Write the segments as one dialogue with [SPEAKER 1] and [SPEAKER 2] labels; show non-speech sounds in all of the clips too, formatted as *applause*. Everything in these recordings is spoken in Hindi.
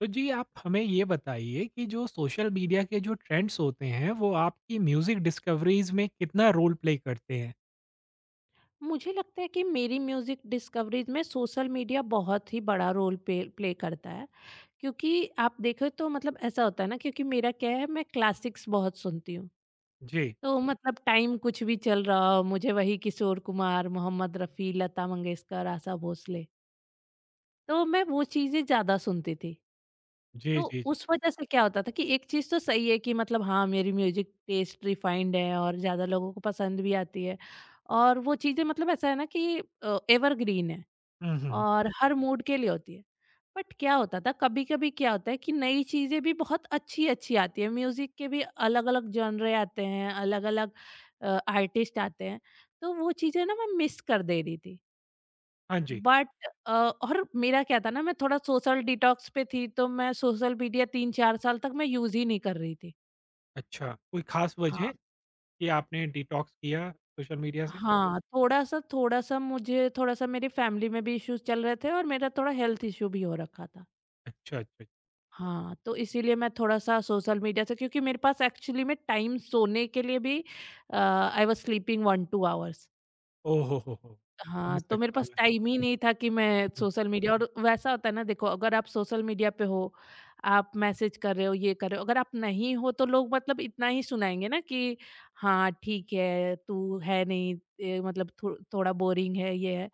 [SPEAKER 1] तो जी आप हमें ये बताइए कि जो सोशल मीडिया के जो ट्रेंड्स होते हैं वो आपकी म्यूजिक डिस्कवरीज में कितना रोल प्ले करते हैं?
[SPEAKER 2] मुझे लगता है कि मेरी म्यूज़िक डिस्कवरीज में सोशल मीडिया बहुत ही बड़ा रोल पे प्ले करता है। क्योंकि आप देखो तो मतलब ऐसा होता है ना, क्योंकि मेरा क्या है, मैं क्लासिक्स बहुत सुनती हूँ।
[SPEAKER 1] जी।
[SPEAKER 2] तो मतलब टाइम कुछ भी चल रहा हो, मुझे वही किशोर कुमार, मोहम्मद रफ़ी, लता मंगेशकर, आशा भोसले, तो मैं वो चीज़ें ज़्यादा सुनती थी।
[SPEAKER 1] जी,
[SPEAKER 2] तो
[SPEAKER 1] जी, जी।
[SPEAKER 2] उस वजह से क्या होता था कि एक चीज़ तो सही है कि मतलब हाँ, मेरी म्यूज़िक टेस्ट रिफाइंड है और ज़्यादा लोगों को पसंद भी आती है। और वो चीज़ें मतलब ऐसा है ना कि एवरग्रीन है
[SPEAKER 1] हुँ, हुँ, हुँ।
[SPEAKER 2] और हर मूड के लिए होती है। बट क्या होता था, कभी-कभी क्या होता है कि नई चीज़ें भी बहुत अच्छी-अच्छी आती है। म्यूज़िक के भी अलग-अलग जॉनरे आते हैं, अलग-अलग आर्टिस्ट आते हैं। तो वो चीज़ें ना मैं मिस कर दे रही थी।
[SPEAKER 1] हाँ जी।
[SPEAKER 2] बट और मेरा क्या था ना, मैं थोड़ा सोशल डिटॉक्स पे थी, तो मैं सोशल मीडिया 3-4 साल तक मैं यूज़ ही नहीं कर रही थी।
[SPEAKER 1] अच्छा, कोई ख़ास वजह
[SPEAKER 2] हाँ।
[SPEAKER 1] कि आपने डिटॉक्स किया सोशल मीडिया से?
[SPEAKER 2] हाँ, थोड़ा-सा थोड़ा-सा मुझे थोड़ा-सा मेरी फैमिली में भी इश्यूज़ चल रहे थे और मेरा थोड़ा हेल्थ इश्यू भी हो रखा था।
[SPEAKER 1] अच्छा, अच्छा।
[SPEAKER 2] हाँ, तो इसीलिए मैं थोड़ा-सा सोशल मीडिया से, क्योंकि मेरे पास एक्चुअली में टाइम सोने के लिए भी, आई वाज़ स्लीपिंग 1-2 आवर्स।
[SPEAKER 1] ओह हो, हो! समझ
[SPEAKER 2] हाँ, तो मेरे
[SPEAKER 1] सकता हूँ
[SPEAKER 2] पास
[SPEAKER 1] मैं।
[SPEAKER 2] टाइम ही नहीं था कि
[SPEAKER 1] हुँ,
[SPEAKER 2] मैं
[SPEAKER 1] हुँ।
[SPEAKER 2] Social media. और वैसा होता है ना, देखो अगर आप सोशल मीडिया पे हो, आप मैसेज कर रहे हो, ये कर रहे हो, अगर आप नहीं हो तो लोग मतलब इतना ही सुनाएँगे ना कि हाँ, ठीक है, तू है नहीं, ए, मतलब थो थोड़ा बोरिंग है, ये है।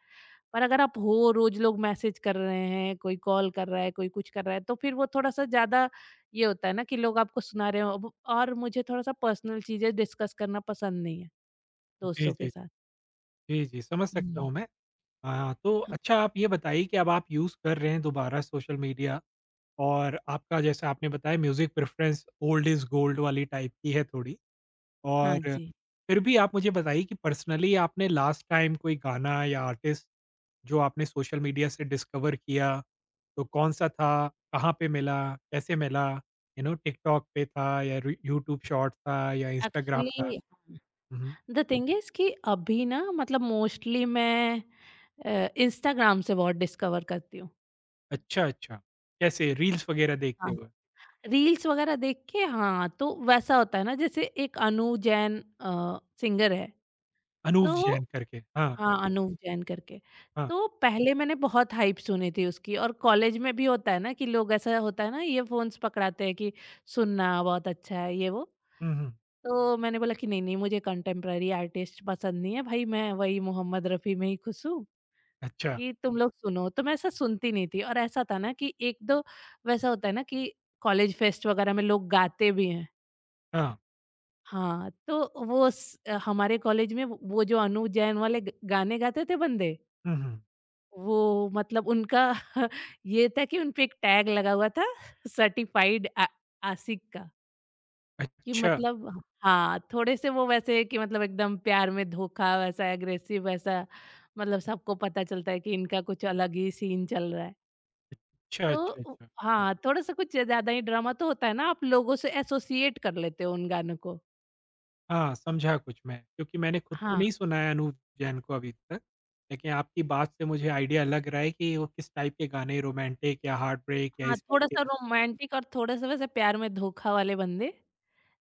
[SPEAKER 2] पर अगर आप हो, रोज़ लोग मैसेज कर रहे हैं, कोई कॉल कर रहा है, कोई कुछ कर रहा है, तो फिर वो थोड़ा-सा ज़्यादा ये होता है ना कि लोग आपको सुना रहे हो अब। और मुझे थोड़ा-सा पर्सनल चीज़ें डिस्कस करना पसंद नहीं है
[SPEAKER 1] जी,
[SPEAKER 2] दोस्तों के
[SPEAKER 1] जी।
[SPEAKER 2] साथ।
[SPEAKER 1] जी, जी, समझ सकता
[SPEAKER 2] हुँ।
[SPEAKER 1] हूँ मैं। हाँ, तो
[SPEAKER 2] ह।
[SPEAKER 1] अच्छा आप ये बताइए कि अब आप यूज़ कर रहे हैं दोबारा सोशल मीडिया और आपका जैसा आपने बताया music preference old is gold वाली टाइप की है थोड़ी। और
[SPEAKER 2] हाँ जी।
[SPEAKER 1] फिर भी आप मुझे बताइए कि पर्सनली आपने लास्ट टाइम कोई गाना या आर्टिस्ट जो आपने सोशल मीडिया से डिस्कवर किया, तो कौन-सा था? कहाँ पे मिला? कैसे मिला? यू नो टिकटॉक पे था या रू यूट्यूब शॉर्ट था या इंस्टाग्राम था?
[SPEAKER 2] Actually
[SPEAKER 1] hmm.
[SPEAKER 2] The thing is कि अभी ना, मतलब मोस्टली मैं इंस्टाग्राम से बहुत डिस्कवर करती हूँ।
[SPEAKER 1] अच्छा, अच्छा। कैसे रील्स वगैरह देखते
[SPEAKER 2] हाँ।
[SPEAKER 1] हुए?
[SPEAKER 2] रील्स वगैरह देख के, हाँ। तो वैसा होता है ना, जैसे एक अनु जैन सिंगर है,
[SPEAKER 1] अनूप
[SPEAKER 2] तो
[SPEAKER 1] जैन करके। हाँ,
[SPEAKER 2] हाँ, अनूव जैन करके।
[SPEAKER 1] हाँ।
[SPEAKER 2] तो पहले मैंने बहुत हाइप सुनी थी उसकी। और कॉलेज में भी होता है ना कि लोग, ऐसा होता है ना, ईयरफ़ोन्स पकड़ाते हैं कि सुनना बहुत अच्छा है ये वो।
[SPEAKER 1] हुँ, हुँ।
[SPEAKER 2] तो मैंने बोला कि नहीं, नहीं, मुझे कंटेम्प्ररी आर्टिस्ट पसंद नहीं है भाई, मैं वही मोहम्मद रफ़ी में ही खुश हूँ
[SPEAKER 1] अच्छा।
[SPEAKER 2] कि तुम लोग सुनो, तो मैं ऐसा सुनती नहीं थी। और ऐसा था ना कि एक दो, वैसा होता है ना कि कॉलेज फेस्ट वगैरह में लोग गाते भी हैं।
[SPEAKER 1] हाँ।
[SPEAKER 2] हाँ, तो हमारे कॉलेज में वो जो अनु जैन वाले गाने गाते थे बंदे,
[SPEAKER 1] हुँ, हुँ।
[SPEAKER 2] वो मतलब उनका *laughs* ये था कि उनपे एक टैग लगा हुआ था, सर्टिफाइड आशिक का। कि
[SPEAKER 1] अच्छा।
[SPEAKER 2] मतलब हाँ, थोड़े से वो वैसे कि मतलब एकदम प्यार में धोखा वैसा, एग्रेसिव वैसा, मतलब सबको पता चलता है कि इनका कुछ अलग ही सीन चल रहा है।
[SPEAKER 1] अच्छा,
[SPEAKER 2] तो
[SPEAKER 1] अच्छा,
[SPEAKER 2] उ
[SPEAKER 1] अच्छा।
[SPEAKER 2] हाँ, थोड़ा सा कुछ ज़्यादा ही ड्रामा तो होता है ना, आप लोगों से एसोसिएट कर लेते हो उन गानों को।
[SPEAKER 1] हाँ, समझा कुछ मैं, क्योंकि मैंने खुद तो
[SPEAKER 2] हाँ,
[SPEAKER 1] नहीं सुना है अनूप जैन को अभी तक, लेकिन आपकी बात से मुझे आइडिया लग रहा है कि वो किस टाइप के गाने रोमांटिक या हार्ट ब्रेक या
[SPEAKER 2] हाँ,
[SPEAKER 1] इस टाइप के।
[SPEAKER 2] थोड़ा-सा रोमांटिक और थोड़ा-सा वैसे प्यार में धोखा वाले बंदे,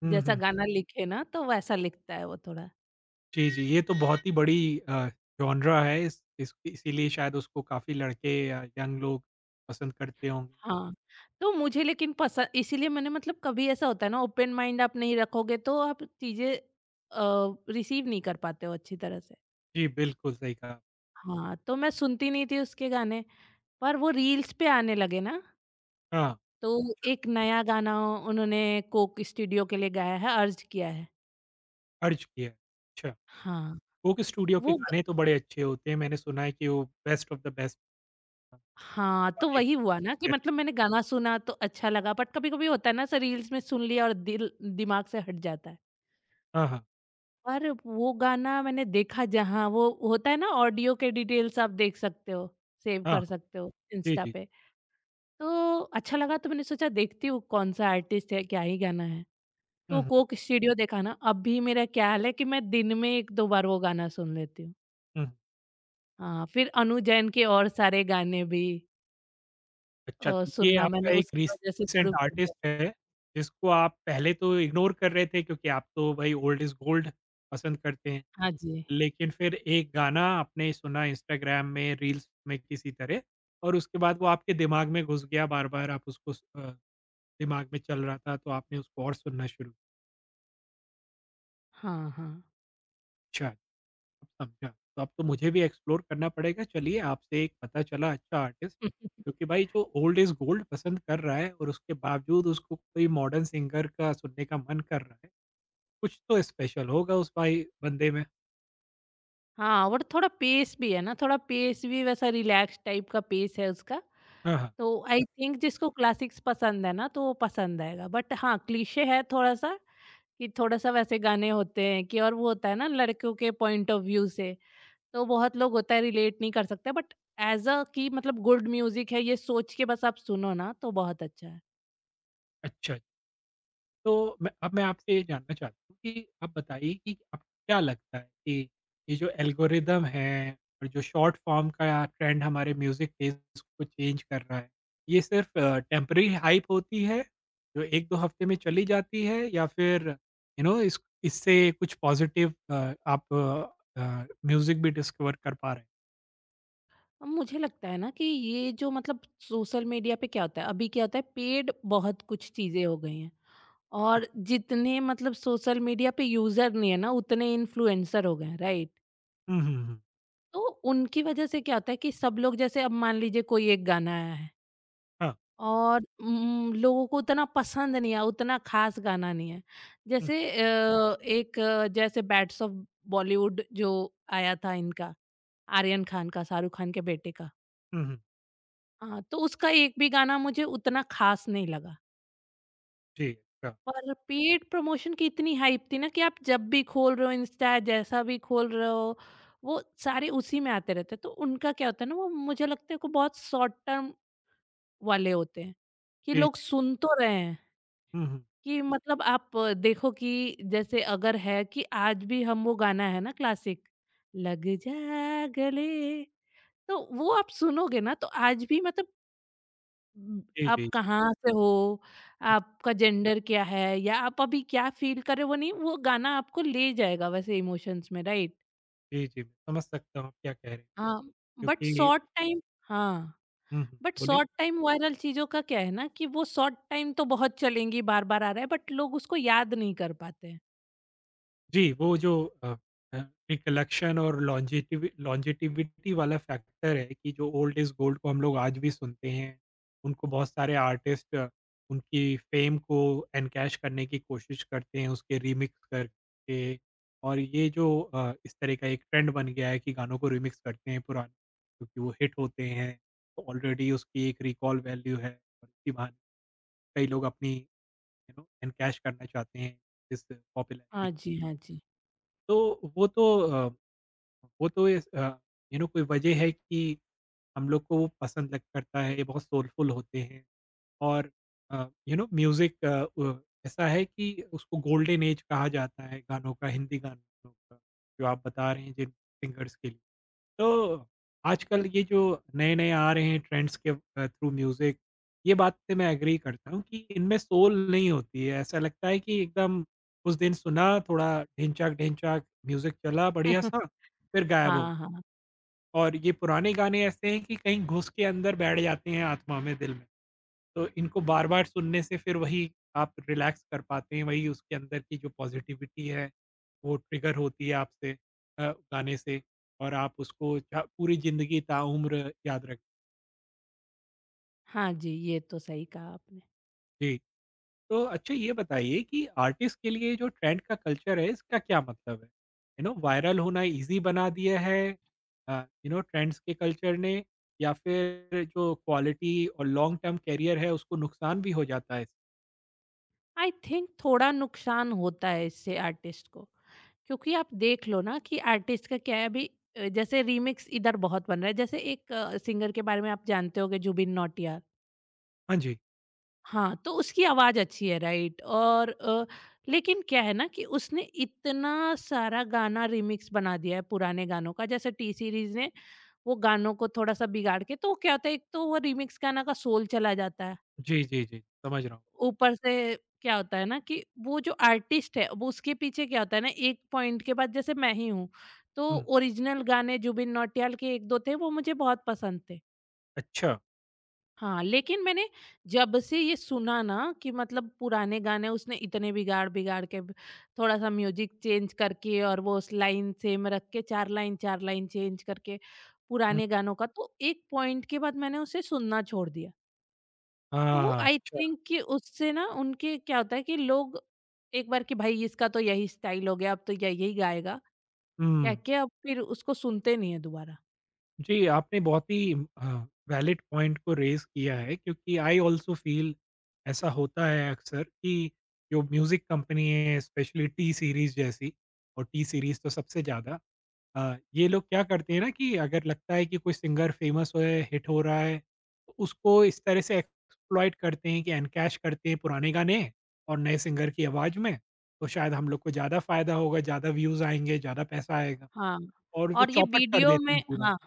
[SPEAKER 1] हुँ,
[SPEAKER 2] जैसा
[SPEAKER 1] हुँ।
[SPEAKER 2] गाना लिखे ना, तो वैसा लिखता है वो थोड़ा।
[SPEAKER 1] जी, जी, ये तो बहुत ही बड़ी जॉनरा है इस इसीलिए शायद उसको काफ़ी लड़के या यंग लोग पसंद करते होंगे।
[SPEAKER 2] हाँ, तो मुझे लेकिन पसंद, इसीलिए मैंने मतलब, कभी ऐसा होता है ना, ओपन माइंड आप नहीं रखोगे तो आप चीज़ें रिसीव नहीं कर पाते हो अच्छी तरह से।
[SPEAKER 1] जी, बिल्कुल सही कहा।
[SPEAKER 2] हाँ, तो मैं सुनती नहीं थी उसके गाने, पर वो रील्स पे आने लगे ना,
[SPEAKER 1] हाँ,
[SPEAKER 2] तो एक नया गाना उन्होंने कोक स्टूडियो के लिए गाया है, अर्ज किया है।
[SPEAKER 1] अर्ज किया। अच्छा,
[SPEAKER 2] हाँ,
[SPEAKER 1] कोक स्टूडियो के
[SPEAKER 2] वो ग
[SPEAKER 1] गाने तो बड़े अच्छे होते हैं, मैंने सुना है कि वो बेस्ट ऑफ द बेस्ट
[SPEAKER 2] हाँ, तो
[SPEAKER 1] गाने।
[SPEAKER 2] वही हुआ ना कि मतलब मैंने गाना सुना तो अच्छा लगा। बट कभी-कभी होता है ना, ऐसे रील्स में सुन लिया और दिल दिमाग से हट जाता है।
[SPEAKER 1] हाँ, हाँ।
[SPEAKER 2] और वो गाना मैंने देखा, जहाँ वो होता है ना ऑडियो के डिटेल्स आप देख सकते हो, सेव
[SPEAKER 1] हाँ,
[SPEAKER 2] कर
[SPEAKER 1] हाँ।
[SPEAKER 2] सकते हो
[SPEAKER 1] जी,
[SPEAKER 2] इंस्टा
[SPEAKER 1] जी।
[SPEAKER 2] पे। तो अच्छा लगा, तो मैंने सोचा देखती हूँ कौन-सा आर्टिस्ट है, क्या ही गाना है।
[SPEAKER 1] हुँ,
[SPEAKER 2] तो
[SPEAKER 1] हुँ।
[SPEAKER 2] कोक स्टूडियो देखा ना, अब भी मेरा क्या हाल है कि मैं दिन में 1-2 बार वो गाना सुन लेती हूँ।
[SPEAKER 1] हुँ, हुँ।
[SPEAKER 2] हाँ, फिर अनु जैन के और सारे गाने भी
[SPEAKER 1] अच्छा, तो ये
[SPEAKER 2] सुनना
[SPEAKER 1] आपका
[SPEAKER 2] मैंने
[SPEAKER 1] एक
[SPEAKER 2] उसकी वजह से
[SPEAKER 1] रिसेंट
[SPEAKER 2] शुरू कर दिया।
[SPEAKER 1] आर्टिस्ट है, जिसको आप पहले तो इग्नोर कर रहे थे क्योंकि आप तो भाई ओल्ड इज़ गोल्ड पसंद करते हैं।
[SPEAKER 2] हाँ जी।
[SPEAKER 1] लेकिन फिर एक गाना आपने सुना इंस्टाग्राम में, रील्स में किसी तरह और उसके बाद वो आपके दिमाग में घुस गया बार-बार आप उसको दिमाग में चल रहा था तो आपने उसको और सुनना शुरू किया।
[SPEAKER 2] हाँ, हाँ।
[SPEAKER 1] अच्छा। समझा। तो अब तो मुझे भी एक्सप्लोर करना पड़ेगा। चलिए आपसे एक पता चला अच्छा आर्टिस्ट
[SPEAKER 2] *laughs*
[SPEAKER 1] क्योंकि भाई जो ओल्ड इज़ गोल्ड पसंद कर रहा है और उसके बावजूद उसको कोई मॉडर्न सिंगर का सुनने का मन कर रहा है, कुछ तो स्पेशल होगा उस भाई बंदे में।
[SPEAKER 2] हाँ। और थोड़ा पेस भी है ना, थोड़ा पेस भी वैसा रिलैक्स टाइप का पेस है उसका।
[SPEAKER 1] हाँ, हाँ।
[SPEAKER 2] तो आई थिंक जिसको क्लासिक्स पसंद है ना, तो वो पसंद आएगा। बट हाँ, क्लीशे है थोड़ा सा, कि थोड़ा सा वैसे गाने होते हैं कि, और वो होता है ना, लड़कियों के पॉइंट ऑफ व्यू से, तो बहुत लोग होता है रिलेट नहीं कर सकते। बट एज अ, कि मतलब गुड म्यूजिक है, ये सोच के बस आप सुनो ना, तो बहुत अच्छा है।
[SPEAKER 1] अच्छा। तो मैं अब मैं आपसे ये जानना चाहता हूँ कि आप बताइए कि आपको क्या लगता है कि ये जो एल्गोरिदम है और जो शॉर्ट फॉर्म का ट्रेंड हमारे म्यूज़िक टेस्ट को चेंज कर रहा है, ये सिर्फ़ टेम्परेरी हाइप होती है, जो 1-2 हफ़्ते में चली जाती है या फिर यू नो इस इससे कुछ पॉज़िटिव आप म्यूज़िक भी डिस्कवर कर पा रहे हैं?
[SPEAKER 2] अब मुझे लगता है ना कि ये जो मतलब सोशल मीडिया पे क्या होता है, अभी क्या होता है, पेड बहुत कुछ चीजें हो गई हैं। और जितने मतलब सोशल मीडिया पे यूजर नहीं है ना, उतने इन्फ्लुएंसर हो गए हैं, राइट?
[SPEAKER 1] हुँ, हुँ, हुँ।
[SPEAKER 2] तो उनकी वजह से क्या होता है कि सब लोग जैसे, अब मान लीजिए कोई एक गाना आया है
[SPEAKER 1] हाँ।
[SPEAKER 2] और लोगों को उतना पसंद नहीं है, उतना खास गाना नहीं है।
[SPEAKER 1] हुँ,
[SPEAKER 2] जैसे जैसे बैट्स ऑफ बॉलीवुड जो आया था इनका, आर्यन खान का, शाहरुख खान के बेटे का।
[SPEAKER 1] हुँ, हुँ।
[SPEAKER 2] हाँ, तो उसका एक भी गाना मुझे उतना खास नहीं लगा।
[SPEAKER 1] जी, हाँ।
[SPEAKER 2] पर पेड प्रमोशन की इतनी हाइप थी ना कि आप जब भी खोल रहे हो इंस्टा, जैसा भी खोल रहे हो, वो सारे उसी में आते रहते हैं। तो उनका क्या होता है ना, वो मुझे लगता है कि बहुत शॉर्ट टर्म वाले होते हैं, कि
[SPEAKER 1] जी,
[SPEAKER 2] लोग
[SPEAKER 1] जी।
[SPEAKER 2] सुन तो रहे हैं,
[SPEAKER 1] हुँ, हुँ।
[SPEAKER 2] कि मतलब आप देखो कि जैसे अगर है कि आज भी हम वो गाना है ना क्लासिक, लग जा गले, तो वो आप सुनोगे ना तो आज भी मतलब
[SPEAKER 1] जी,
[SPEAKER 2] आप
[SPEAKER 1] जी।
[SPEAKER 2] कहाँ से हो,
[SPEAKER 1] हुँ,
[SPEAKER 2] आपका जेंडर क्या है या आप अभी क्या फ़ील कर रहे हो वो नहीं, वो गाना आपको ले जाएगा वैसे इमोशंस में, राइट?
[SPEAKER 1] जी, जी। मैं समझ सकता हूँ आप क्या कह रहे हैं।
[SPEAKER 2] हाँ। बट
[SPEAKER 1] क्योंकि
[SPEAKER 2] शॉर्ट टाइम, हाँ।
[SPEAKER 1] हुँ, हुँ,
[SPEAKER 2] बट
[SPEAKER 1] बोलिए।
[SPEAKER 2] शॉर्ट टाइम वायरल चीजों का क्या है ना, कि वो शॉर्ट टाइम तो बहुत चलेंगी, बार बार आ रहा है, बट लोग उसको याद नहीं कर पाते हैं।
[SPEAKER 1] जी, वो जो अ अ, रिकलेक्शन और लॉन्जेटिविटी वाला फैक्टर है कि जो ओल्ड इज़ गोल्ड को हम लोग आज भी सुनते हैं। उनको बहुत सारे आर्टिस्ट उनकी फ़ेम को एनकैश करने की कोशिश करते हैं, उसके रीमिक्स करके और ये जो इस तरह का एक ट्रेंड बन गया है कि गानों को रीमिक्स करते हैं पुराने, क्योंकि वो हिट होते हैं। तो ऑलरेडी उसकी एक रिकॉल वैल्यू है और इसी बहाने कई लोग अपनी यू नो एनकैश करना चाहते हैं इस पॉपुलैरिटी
[SPEAKER 2] हाँ
[SPEAKER 1] को।
[SPEAKER 2] जी, हाँ जी।
[SPEAKER 1] तो वो तो अ, वो तो इस अ, यू नो कोई वजह है कि हम लोग को वो पसंद लग करता है, ये बहुत सोलफुल होते हैं और यू नो म्यूज़िक अ, व ऐसा है कि उसको गोल्डन ऐज कहा जाता है गानों का, हिंदी गानों का, जो आप बता रहे हैं जिन सिंगर्स के लिए। तो आजकल ये जो नए-नए आ रहे हैं ट्रेंड्स के थ्रू म्यूज़िक, ये बात से मैं एग्री करता हूँ कि इनमें सोल नहीं होती है। ऐसा लगता है कि एकदम उस दिन सुना, थोड़ा ढिनचाक-ढिनचाक म्यूज़िक चला
[SPEAKER 2] *laughs*
[SPEAKER 1] बढ़िया-सा, फिर गायब हो।
[SPEAKER 2] हाँ, हाँ।
[SPEAKER 1] और ये पुराने गाने ऐसे हैं कि कहीं घुस के अंदर बैठ जाते हैं आत्मा में, दिल में। तो इनको बार-बार सुनने से फिर वही आप रिलैक्स कर पाते हैं, वही उसके अंदर की जो पॉज़िटिविटी है, वो ट्रिगर होती है आपसे अ, गाने से और आप उसको चा पूरी ज़िंदगी ताउम्र याद रख।
[SPEAKER 2] हाँ जी, ये तो सही कहा आपने।
[SPEAKER 1] जी, तो अच्छा ये बताइए कि आर्टिस्ट के लिए जो ट्रेंड का कल्चर है, इसका क्या मतलब है? यू नो वायरल होना ईज़ी बना दिया है यू नो ट्रेंड्स के कल्चर ने या फिर जो क्वालिटी और लॉन्ग टर्म करियर है, उसको नुकसान भी हो जाता है?
[SPEAKER 2] आई थिंक थोड़ा नुकसान होता है इससे आर्टिस्ट को। क्योंकि आप देख लो ना कि आर्टिस्ट का क्या है अभी, जैसे रीमिक्स इधर बहुत बन रहा है। जैसे एक सिंगर के बारे में आप जानते होगे, जुबिन नौटियाल।
[SPEAKER 1] हाँ जी।
[SPEAKER 2] हाँ, तो उसकी आवाज़ अच्छी है, राइट? और लेकिन क्या है ना कि उसने इतना सारा गाना रीमिक्स बना दिया है पुराने गानों का, जैसे टी सीरीज़ ने, वो गानों को थोड़ा-सा बिगाड़ के। तो वो क्या होता है, एक तो वो रीमिक्स गाना का सोल चला जाता है।
[SPEAKER 1] जी, जी, जी, समझ रहा हूँ।
[SPEAKER 2] ऊपर से क्या होता है ना कि वो जो आर्टिस्ट है वो उसके पीछे क्या होता है ना एक पॉइंट के बाद, जैसे मैं ही हूँ, तो
[SPEAKER 1] हुँ।
[SPEAKER 2] ओरिजिनल गाने जुबिन नौटियाल के 1-2 थे वो मुझे बहुत पसंद थे।
[SPEAKER 1] अच्छा।
[SPEAKER 2] हाँ, लेकिन मैंने जब से ये सुना ना कि मतलब पुराने गाने उसने इतने बिगाड़-बिगाड़ के ब थोड़ा-सा म्यूज़िक चेंज करके और वो उस लाइन सेम रख के 4 लाइन 4 लाइन चेंज करके
[SPEAKER 1] हुँ।
[SPEAKER 2] पुराने गानों का, तो एक पॉइंट के बाद मैंने उसे सुनना छोड़ दिया। तो
[SPEAKER 1] हाँ,
[SPEAKER 2] आई
[SPEAKER 1] अच्छा।
[SPEAKER 2] थिंक कि उससे ना उनके क्या होता है कि लोग एक बार कि भाई इसका तो यही स्टाइल हो गया, अब तो यही यही गाएगा, कह
[SPEAKER 1] हुँ।
[SPEAKER 2] के अब फिर उसको सुनते नहीं है दोबारा।
[SPEAKER 1] जी, आपने बहुत ही वैलिड पॉइंट को रेज़ किया है क्योंकि आई ऑल्सो फ़ील ऐसा होता है अक्सर कि जो म्यूज़िक कंपनी है स्पेशली टी सीरीज़ जैसी और टी सीरीज़ तो सबसे ज़्यादा ये लोग क्या करते हैं ना कि अगर लगता है कि कोई सिंगर फेमस हो है, हिट हो रहा है, तो उसको इस तरह से एक्सप्लॉइट करते हैं कि एनकैश करते हैं पुराने गाने और नए सिंगर की आवाज़ में, तो शायद हम लोग को ज़्यादा फ़ायदा होगा, ज़्यादा व्यूज़ आएँगे, ज़्यादा पैसा आएगा
[SPEAKER 2] हाँ,
[SPEAKER 1] और वो
[SPEAKER 2] और ये
[SPEAKER 1] चौपट कर
[SPEAKER 2] वीडियो
[SPEAKER 1] देते
[SPEAKER 2] में,
[SPEAKER 1] हैं पूरा।
[SPEAKER 2] हाँ।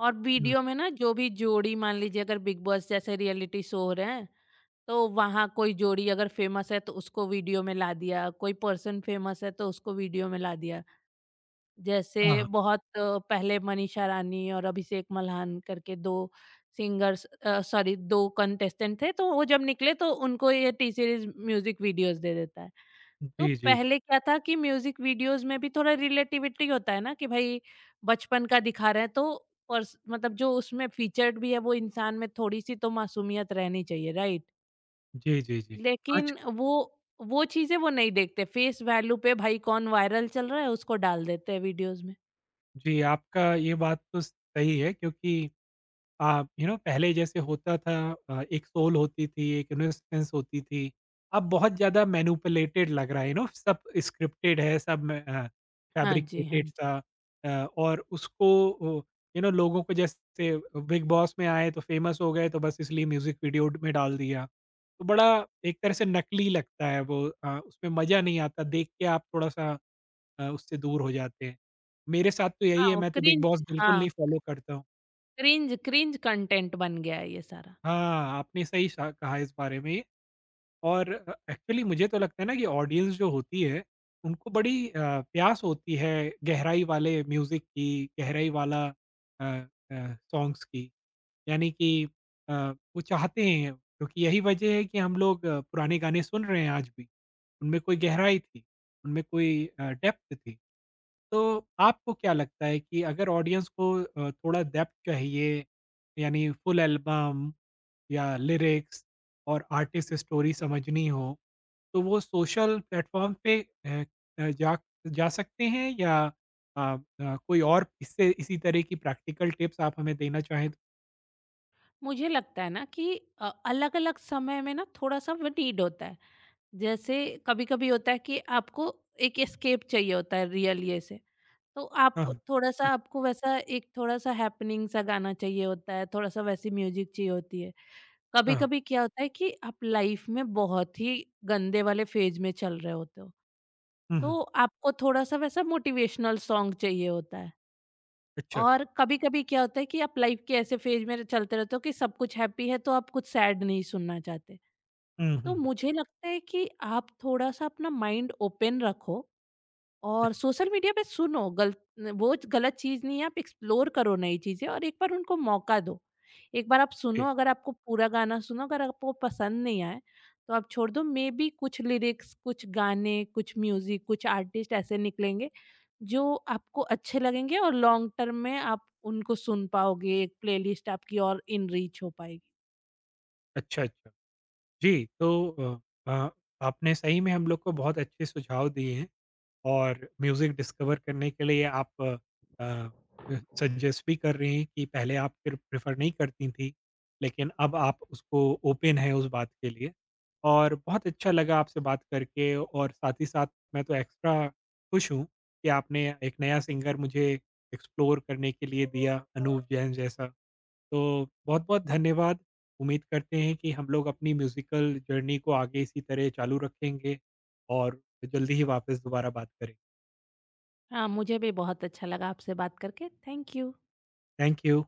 [SPEAKER 2] और
[SPEAKER 1] हुँ,
[SPEAKER 2] वीडियो में ना, जो भी जोड़ी मान लीजिए, अगर बिग बॉस जैसे रियलिटी शो हो रहे हैं, तो वहाँ कोई जोड़ी अगर फेमस है तो उसको वीडियो में ला दिया, कोई पर्सन फेमस है तो उसको वीडियो में ला दिया। जैसे
[SPEAKER 1] हाँ, हाँ।
[SPEAKER 2] बहुत पहले मनीषा रानी और अभिषेक मल्हान करके दो सिंगर्स सॉरी दो कंटेस्टेंट थे, तो वो जब निकले तो उनको ये टी सीरीज म्यूजिक वीडियोस दे देता है। तो
[SPEAKER 1] जी, जी, जी।
[SPEAKER 2] पहले क्या था कि म्यूज़िक वीडियोज़ में भी थोड़ा रिलेटिविटी होता है ना कि भई बचपन का दिखा रहे हैं तो पर्स मतलब जो उसमें फ़ीचर्ड भी है, वो इंसान में थोड़ी-सी तो मासूमियत रहनी चाहिए, राइट?
[SPEAKER 1] जी, जी, जी। आज।
[SPEAKER 2] लेकिन वो चीज़ें वो नहीं देखते, फ़ेस वैल्यू पे भाई कौन वायरल चल रहा है उसको डाल देते हैं वीडियोज़ में।
[SPEAKER 1] जी, आपका ये बात तो सही है क्योंकि यू नो पहले जैसे होता था एक सोल होती थी, एक इन्वेस्टमेंट्स होती थी। अब बहुत ज़्यादा मैनिपुलेटेड लग रहा है, यू नो सब स्क्रिप्टेड है, सब में
[SPEAKER 2] हाँ जी, हाँ
[SPEAKER 1] फैब्रिकेटेड
[SPEAKER 2] जी।
[SPEAKER 1] सा और उसको ओ यू नो लोगों को जैसे बिग बॉस में आए तो फेमस हो गए तो बस इसलिए म्यूज़िक वीडियो में डाल दिया। तो बड़ा एक तरह से नकली लगता है वो उसमें मज़ा नहीं आता, देख के आप थोड़ा-सा उससे दूर हो जाते हैं। मेरे साथ तो यही
[SPEAKER 2] हाँ,
[SPEAKER 1] है,
[SPEAKER 2] वो
[SPEAKER 1] मैं तो बिग
[SPEAKER 2] क्रिंज
[SPEAKER 1] बॉस बिल्कुल
[SPEAKER 2] हाँ,
[SPEAKER 1] नहीं फॉलो करता हूँ।
[SPEAKER 2] क्रिंज क्रिंज कंटेंट बन गया है ये सारा।
[SPEAKER 1] हाँ, आपने सही शा कहा इस बारे में और एक्चुअली मुझे तो लगता है ना कि ऑडियंस जो होती है, उनको बड़ी प्यास होती है गहराई वाले म्यूज़िक की, गहराई वाला सॉन्ग्स की। यानी कि वो चाहते हैं क्योंकि यही वजह है कि हम लोग पुराने गाने सुन रहे हैं आज भी। उनमें कोई गहराई थी, उनमें कोई डेप्थ थी। तो आपको क्या लगता है कि अगर ऑडियंस को थोड़ा डेप्थ चाहिए यानी फुल एल्बम या लिरिक्स और आर्टिस्ट स्टोरी समझनी हो, तो वो सोशल प्लेटफ़ॉर्म पे अ अ, जा जा सकते हैं या कोई और इससे इसी तरह की प्रैक्टिकल टिप्स आप हमें देना चाहें तो?
[SPEAKER 2] मुझे लगता है ना कि अलग-अलग समय में ना थोड़ा-सा वो नीड होता है। जैसे कभी-कभी होता है कि आपको एक एस्केप चाहिए होता है रियल ये से, तो आप
[SPEAKER 1] हाँ, हाँ।
[SPEAKER 2] थोड़ा-सा,
[SPEAKER 1] *clears throat*
[SPEAKER 2] आपको वैसा एक थोड़ा-सा हैपनिंग सा गाना चाहिए होता है, थोड़ा-सा वैसी म्यूज़िक चाहिए होती है।
[SPEAKER 1] हाँ, हाँ।
[SPEAKER 2] कभी-कभी क्या होता है कि आप लाइफ़ में बहुत ही गंदे वाले फ़ेज़ में चल रहे होते हो,
[SPEAKER 1] हुँ, हुँ।
[SPEAKER 2] तो आपको थोड़ा-सा वैसा मोटिवेशनल सॉन्ग चाहिए होता है।
[SPEAKER 1] अच्छा, अच्छा।
[SPEAKER 2] और कभी-कभी क्या होता है कि आप लाइफ़ के ऐसे फ़ेज़ में चलते रहते हो कि सब कुछ हैप्पी है, तो आप कुछ सैड नहीं सुनना चाहते।
[SPEAKER 1] हुँ, हुँ,
[SPEAKER 2] तो
[SPEAKER 1] हुँ।
[SPEAKER 2] मुझे लगता है कि आप थोड़ा-सा अपना माइंड ओपन रखो और
[SPEAKER 1] अच्छा,
[SPEAKER 2] सोशल मीडिया पे सुनो, गल वो गलत चीज़ नहीं है, आप एक्सप्लोर करो नई चीज़ें और एक बार उनको मौका दो। एक बार आप सुनो,
[SPEAKER 1] जी।
[SPEAKER 2] अगर आपको पूरा गाना सुनो, अगर आपको पसंद नहीं आए, तो आप छोड़ दो। मे बी कुछ लिरिक्स, कुछ गाने, कुछ म्यूज़िक, कुछ आर्टिस्ट ऐसे निकलेंगे, जो आपको अच्छे लगेंगे और लॉन्ग टर्म में आप उनको सुन पाओगे, एक प्लेलिस्ट आपकी और इनरीच हो पाएगी।
[SPEAKER 1] अच्छा, अच्छा। जी, तो अ अ, आपने सही में हम लोग को बहुत अच्छे सुझाव दिए हैं। और म्यूज़िक डिस्कवर करने के लिए आप अ, सजेस्ट भी कर रही हैं कि पहले आप फिर प्रेफ़र नहीं करती थी, लेकिन अब आप उसको ओपन हैं उस बात के लिए। और बहुत अच्छा लगा आपसे बात करके और साथ ही साथ मैं तो एक्स्ट्रा खुश हूँ कि आपने एक नया सिंगर मुझे एक्सप्लोर करने के लिए दिया, अनूप जैन जैसा। तो बहुत-बहुत धन्यवाद। उम्मीद करते हैं कि हम लोग अपनी म्यूज़िकल जर्नी को आगे इसी तरह चालू रखेंगे और जल्दी ही वापस दोबारा बात करें।
[SPEAKER 2] हाँ, मुझे भी बहुत अच्छा लगा आपसे बात करके। Thank you.
[SPEAKER 1] Thank you.